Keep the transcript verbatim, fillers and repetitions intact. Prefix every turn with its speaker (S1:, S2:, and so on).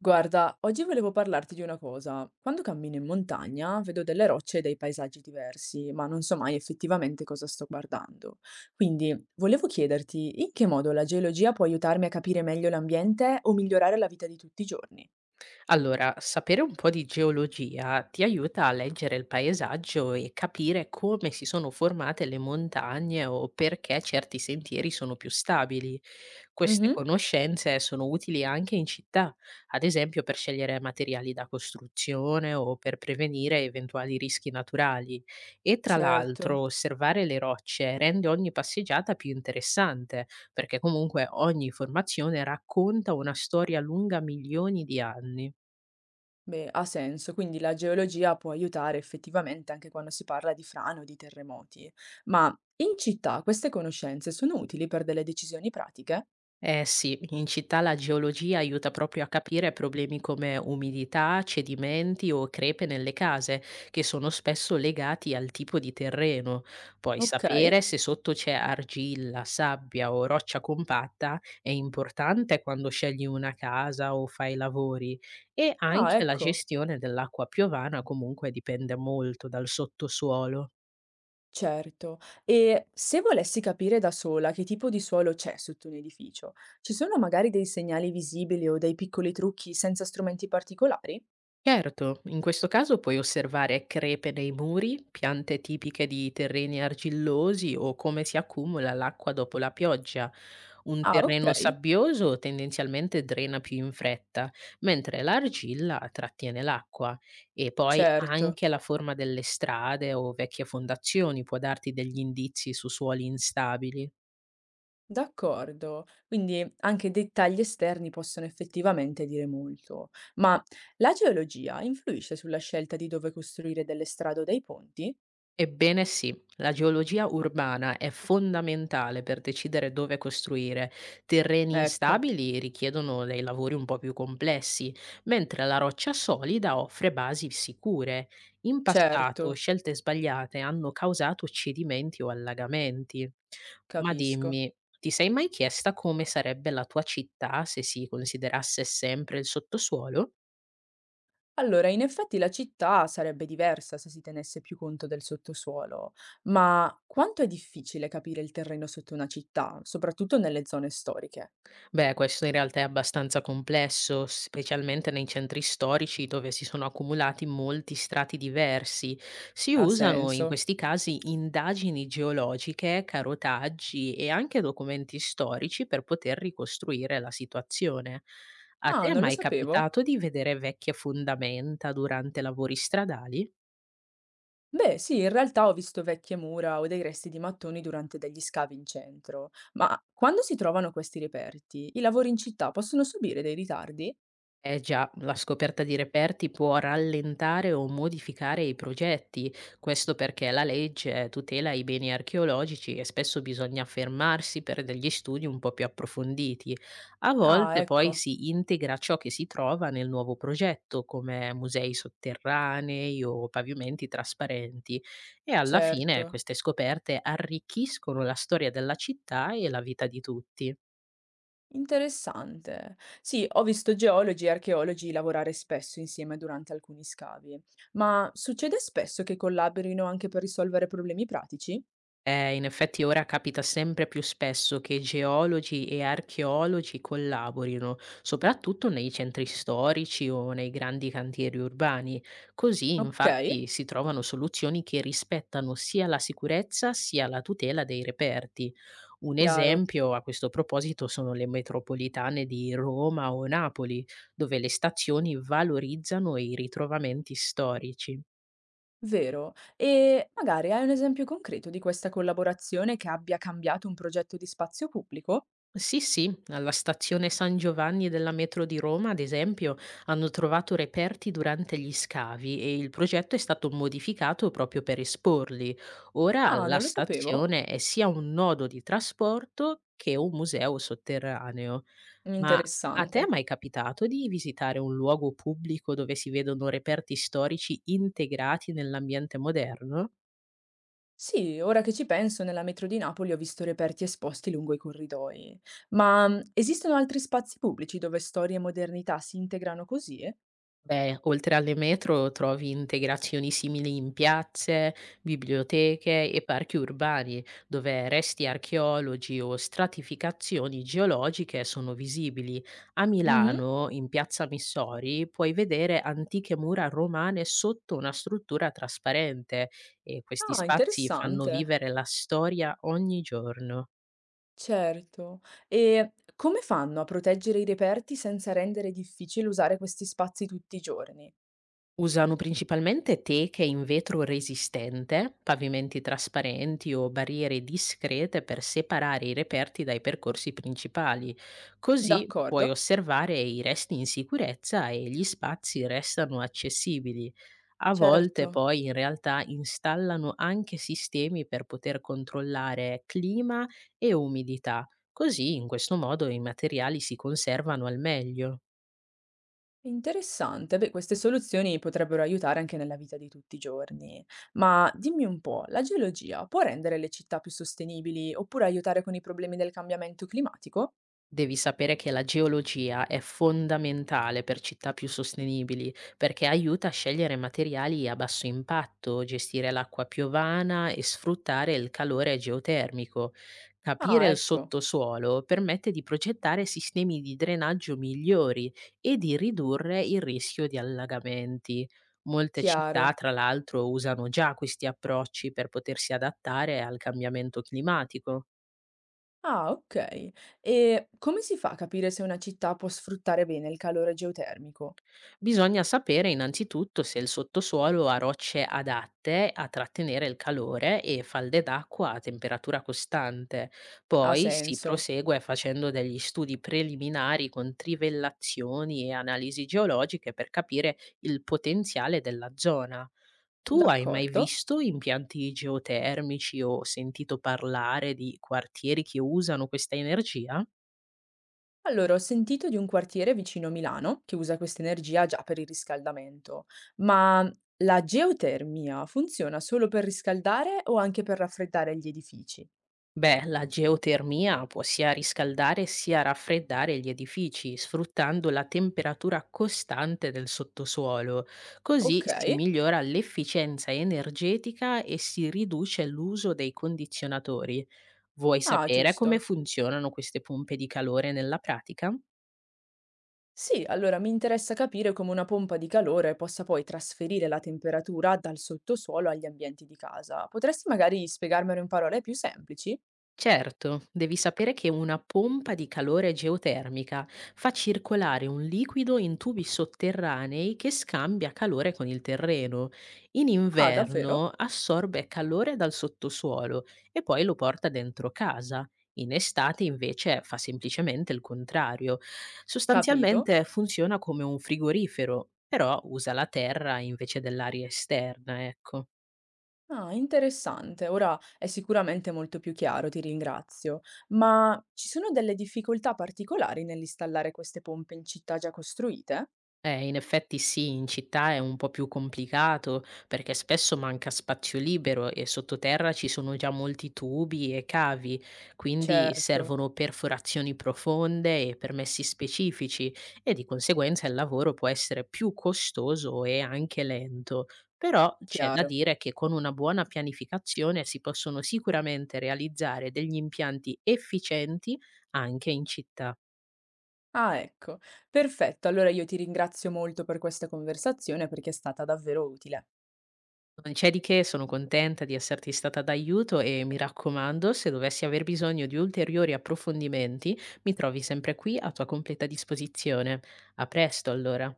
S1: Guarda, oggi volevo parlarti di una cosa. Quando cammino in montagna vedo delle rocce e dei paesaggi diversi, ma non so mai effettivamente cosa sto guardando. Quindi volevo chiederti in che modo la geologia può aiutarmi a capire meglio l'ambiente o migliorare la vita di tutti i giorni.
S2: Allora, sapere un po' di geologia ti aiuta a leggere il paesaggio e capire come si sono formate le montagne o perché certi sentieri sono più stabili. Queste
S1: Mhm,
S2: conoscenze sono utili anche in città, ad esempio per scegliere materiali da costruzione o per prevenire eventuali rischi naturali. E tra l'altro,
S1: certo.
S2: osservare le rocce rende ogni passeggiata più interessante, perché comunque ogni formazione racconta una storia lunga milioni di anni.
S1: Beh, ha senso, quindi la geologia può aiutare effettivamente anche quando si parla di frane o di terremoti. Ma in città queste conoscenze sono utili per delle decisioni pratiche?
S2: Eh sì, in città la geologia aiuta proprio a capire problemi come umidità, cedimenti o crepe nelle case, che sono spesso legati al tipo di terreno. Poi
S1: Ok.
S2: sapere se sotto c'è argilla, sabbia o roccia compatta è importante quando scegli una casa o fai lavori e
S1: Ah,
S2: anche la
S1: ecco.
S2: gestione dell'acqua piovana comunque dipende molto dal sottosuolo.
S1: Certo. E se volessi capire da sola che tipo di suolo c'è sotto un edificio, ci sono magari dei segnali visibili o dei piccoli trucchi senza strumenti particolari?
S2: Certo, in questo caso puoi osservare crepe nei muri, piante tipiche di terreni argillosi o come si accumula l'acqua dopo la pioggia. Un
S1: Ah, ok.
S2: terreno sabbioso tendenzialmente drena più in fretta, mentre l'argilla trattiene l'acqua. E poi
S1: Certo.
S2: anche la forma delle strade o vecchie fondazioni può darti degli indizi su suoli instabili.
S1: D'accordo. Quindi anche dettagli esterni possono effettivamente dire molto. Ma la geologia influisce sulla scelta di dove costruire delle strade o dei ponti?
S2: Ebbene sì, la geologia urbana è fondamentale per decidere dove costruire. Terreni
S1: Ecco,
S2: instabili richiedono dei lavori un po' più complessi, mentre la roccia solida offre basi sicure. In
S1: certo,
S2: passato scelte sbagliate hanno causato cedimenti o allagamenti. Ma
S1: capisco.
S2: dimmi, ti sei mai chiesta come sarebbe la tua città se si considerasse sempre il sottosuolo?
S1: Allora, in effetti la città sarebbe diversa se si tenesse più conto del sottosuolo, ma quanto è difficile capire il terreno sotto una città, soprattutto nelle zone storiche?
S2: Beh, questo in realtà è abbastanza complesso, specialmente nei centri storici dove si sono accumulati molti strati diversi. Si
S1: Ha
S2: usano in
S1: senso?
S2: questi casi indagini geologiche, carotaggi e anche documenti storici per poter ricostruire la situazione. A te
S1: Ah,
S2: è
S1: non lo
S2: mai
S1: sapevo.
S2: capitato di vedere vecchie fondamenta durante lavori stradali?
S1: Beh, sì, in realtà ho visto vecchie mura o dei resti di mattoni durante degli scavi in centro, ma quando si trovano questi reperti, i lavori in città possono subire dei ritardi?
S2: Eh già, la scoperta di reperti può rallentare o modificare i progetti, questo perché la legge tutela i beni archeologici e spesso bisogna fermarsi per degli studi un po' più approfonditi. A
S1: Ah,
S2: volte poi
S1: ecco,
S2: si integra ciò che si trova nel nuovo progetto, come musei sotterranei o pavimenti trasparenti, e alla fine
S1: certo.
S2: queste scoperte arricchiscono la storia della città e la vita di tutti.
S1: Interessante. Sì, ho visto geologi e archeologi lavorare spesso insieme durante alcuni scavi, ma succede spesso che collaborino anche per risolvere problemi pratici?
S2: Eh, in effetti ora capita sempre più spesso che geologi e archeologi collaborino, soprattutto nei centri storici o nei grandi cantieri urbani. Così,
S1: Ok,
S2: infatti, si trovano soluzioni che rispettano sia la sicurezza sia la tutela dei reperti. Un
S1: chiaro,
S2: esempio a questo proposito sono le metropolitane di Roma o Napoli, dove le stazioni valorizzano i ritrovamenti storici.
S1: vero. E magari hai un esempio concreto di questa collaborazione che abbia cambiato un progetto di spazio pubblico?
S2: Sì, sì, alla stazione San Giovanni della metro di Roma, ad esempio, hanno trovato reperti durante gli scavi e il progetto è stato modificato proprio per esporli. Ora
S1: Ah,
S2: la
S1: non lo sapevo.
S2: stazione è sia un nodo di trasporto che un museo sotterraneo. Ma a te è
S1: Interessante.
S2: mai capitato di visitare un luogo pubblico dove si vedono reperti storici integrati nell'ambiente moderno?
S1: Sì, ora che ci penso, nella metro di Napoli ho visto reperti esposti lungo i corridoi. Ma mm, esistono altri spazi pubblici dove storia e modernità si integrano così?
S2: Beh, oltre alle metro trovi integrazioni simili in piazze, biblioteche e parchi urbani, dove resti archeologi o stratificazioni geologiche sono visibili. A
S1: Mhm.
S2: Milano, in piazza Missori, puoi vedere antiche mura romane sotto una struttura trasparente e questi
S1: Ah,
S2: spazi fanno
S1: interessante.
S2: vivere la storia ogni giorno.
S1: Certo. E come fanno a proteggere i reperti senza rendere difficile usare questi spazi tutti i giorni?
S2: Usano principalmente teche in vetro resistente, pavimenti trasparenti o barriere discrete per separare i reperti dai percorsi principali. Così puoi
S1: D'accordo,
S2: osservare i resti in sicurezza e gli spazi restano accessibili. A volte
S1: certo.
S2: poi in realtà installano anche sistemi per poter controllare clima e umidità. Così in questo modo i materiali si conservano al meglio.
S1: Interessante. Beh, queste soluzioni potrebbero aiutare anche nella vita di tutti i giorni. Ma dimmi un po', la geologia può rendere le città più sostenibili oppure aiutare con i problemi del cambiamento climatico?
S2: Devi sapere che la geologia è fondamentale per città più sostenibili perché aiuta a scegliere materiali a basso impatto, gestire l'acqua piovana e sfruttare il calore geotermico. Capire
S1: Ah,
S2: il
S1: ecco,
S2: sottosuolo permette di progettare sistemi di drenaggio migliori e di ridurre il rischio di allagamenti. Molte città,
S1: chiaro.
S2: tra l'altro, usano già questi approcci per potersi adattare al cambiamento climatico.
S1: Ah, ok. E come si fa a capire se una città può sfruttare bene il calore geotermico?
S2: Bisogna sapere innanzitutto se il sottosuolo ha rocce adatte a trattenere il calore e falde d'acqua a temperatura costante.
S1: Ha
S2: Poi si
S1: senso.
S2: prosegue facendo degli studi preliminari con trivellazioni e analisi geologiche per capire il potenziale della zona. Tu hai mai
S1: D'accordo.
S2: visto impianti geotermici o sentito parlare di quartieri che usano questa energia?
S1: Allora, ho sentito di un quartiere vicino a Milano che usa questa energia già per il riscaldamento, ma la geotermia funziona solo per riscaldare o anche per raffreddare gli edifici?
S2: Beh, la geotermia può sia riscaldare sia raffreddare gli edifici, sfruttando la temperatura costante del sottosuolo. Così
S1: Ok,
S2: si migliora l'efficienza energetica e si riduce l'uso dei condizionatori. Vuoi
S1: ah,
S2: sapere come
S1: giusto.
S2: funzionano queste pompe di calore nella pratica?
S1: Sì, allora mi interessa capire come una pompa di calore possa poi trasferire la temperatura dal sottosuolo agli ambienti di casa. Potresti magari spiegarmelo in parole più semplici?
S2: Certo, devi sapere che una pompa di calore geotermica fa circolare un liquido in tubi sotterranei che scambia calore con il terreno. In
S1: Ah, davvero?
S2: inverno assorbe calore dal sottosuolo e poi lo porta dentro casa. In estate invece fa semplicemente il contrario.
S1: Capito.
S2: Sostanzialmente funziona come un frigorifero, però usa la terra invece dell'aria esterna, ecco.
S1: Ah, interessante. Ora è sicuramente molto più chiaro, ti ringrazio. Ma ci sono delle difficoltà particolari nell'installare queste pompe in città già costruite?
S2: Eh, in effetti sì, in città è un po' più complicato perché spesso manca spazio libero e sottoterra ci sono già molti tubi e cavi, quindi
S1: Certo,
S2: servono perforazioni profonde e permessi specifici e di conseguenza il lavoro può essere più costoso e anche lento. Però c'è da
S1: chiaro.
S2: dire che con una buona pianificazione si possono sicuramente realizzare degli impianti efficienti anche in città.
S1: Ah, ecco. Perfetto. Allora io ti ringrazio molto per questa conversazione perché è stata davvero utile.
S2: Non c'è di che, sono contenta di esserti stata d'aiuto e mi raccomando, se dovessi aver bisogno di ulteriori approfondimenti, mi trovi sempre qui a tua completa disposizione. A presto allora.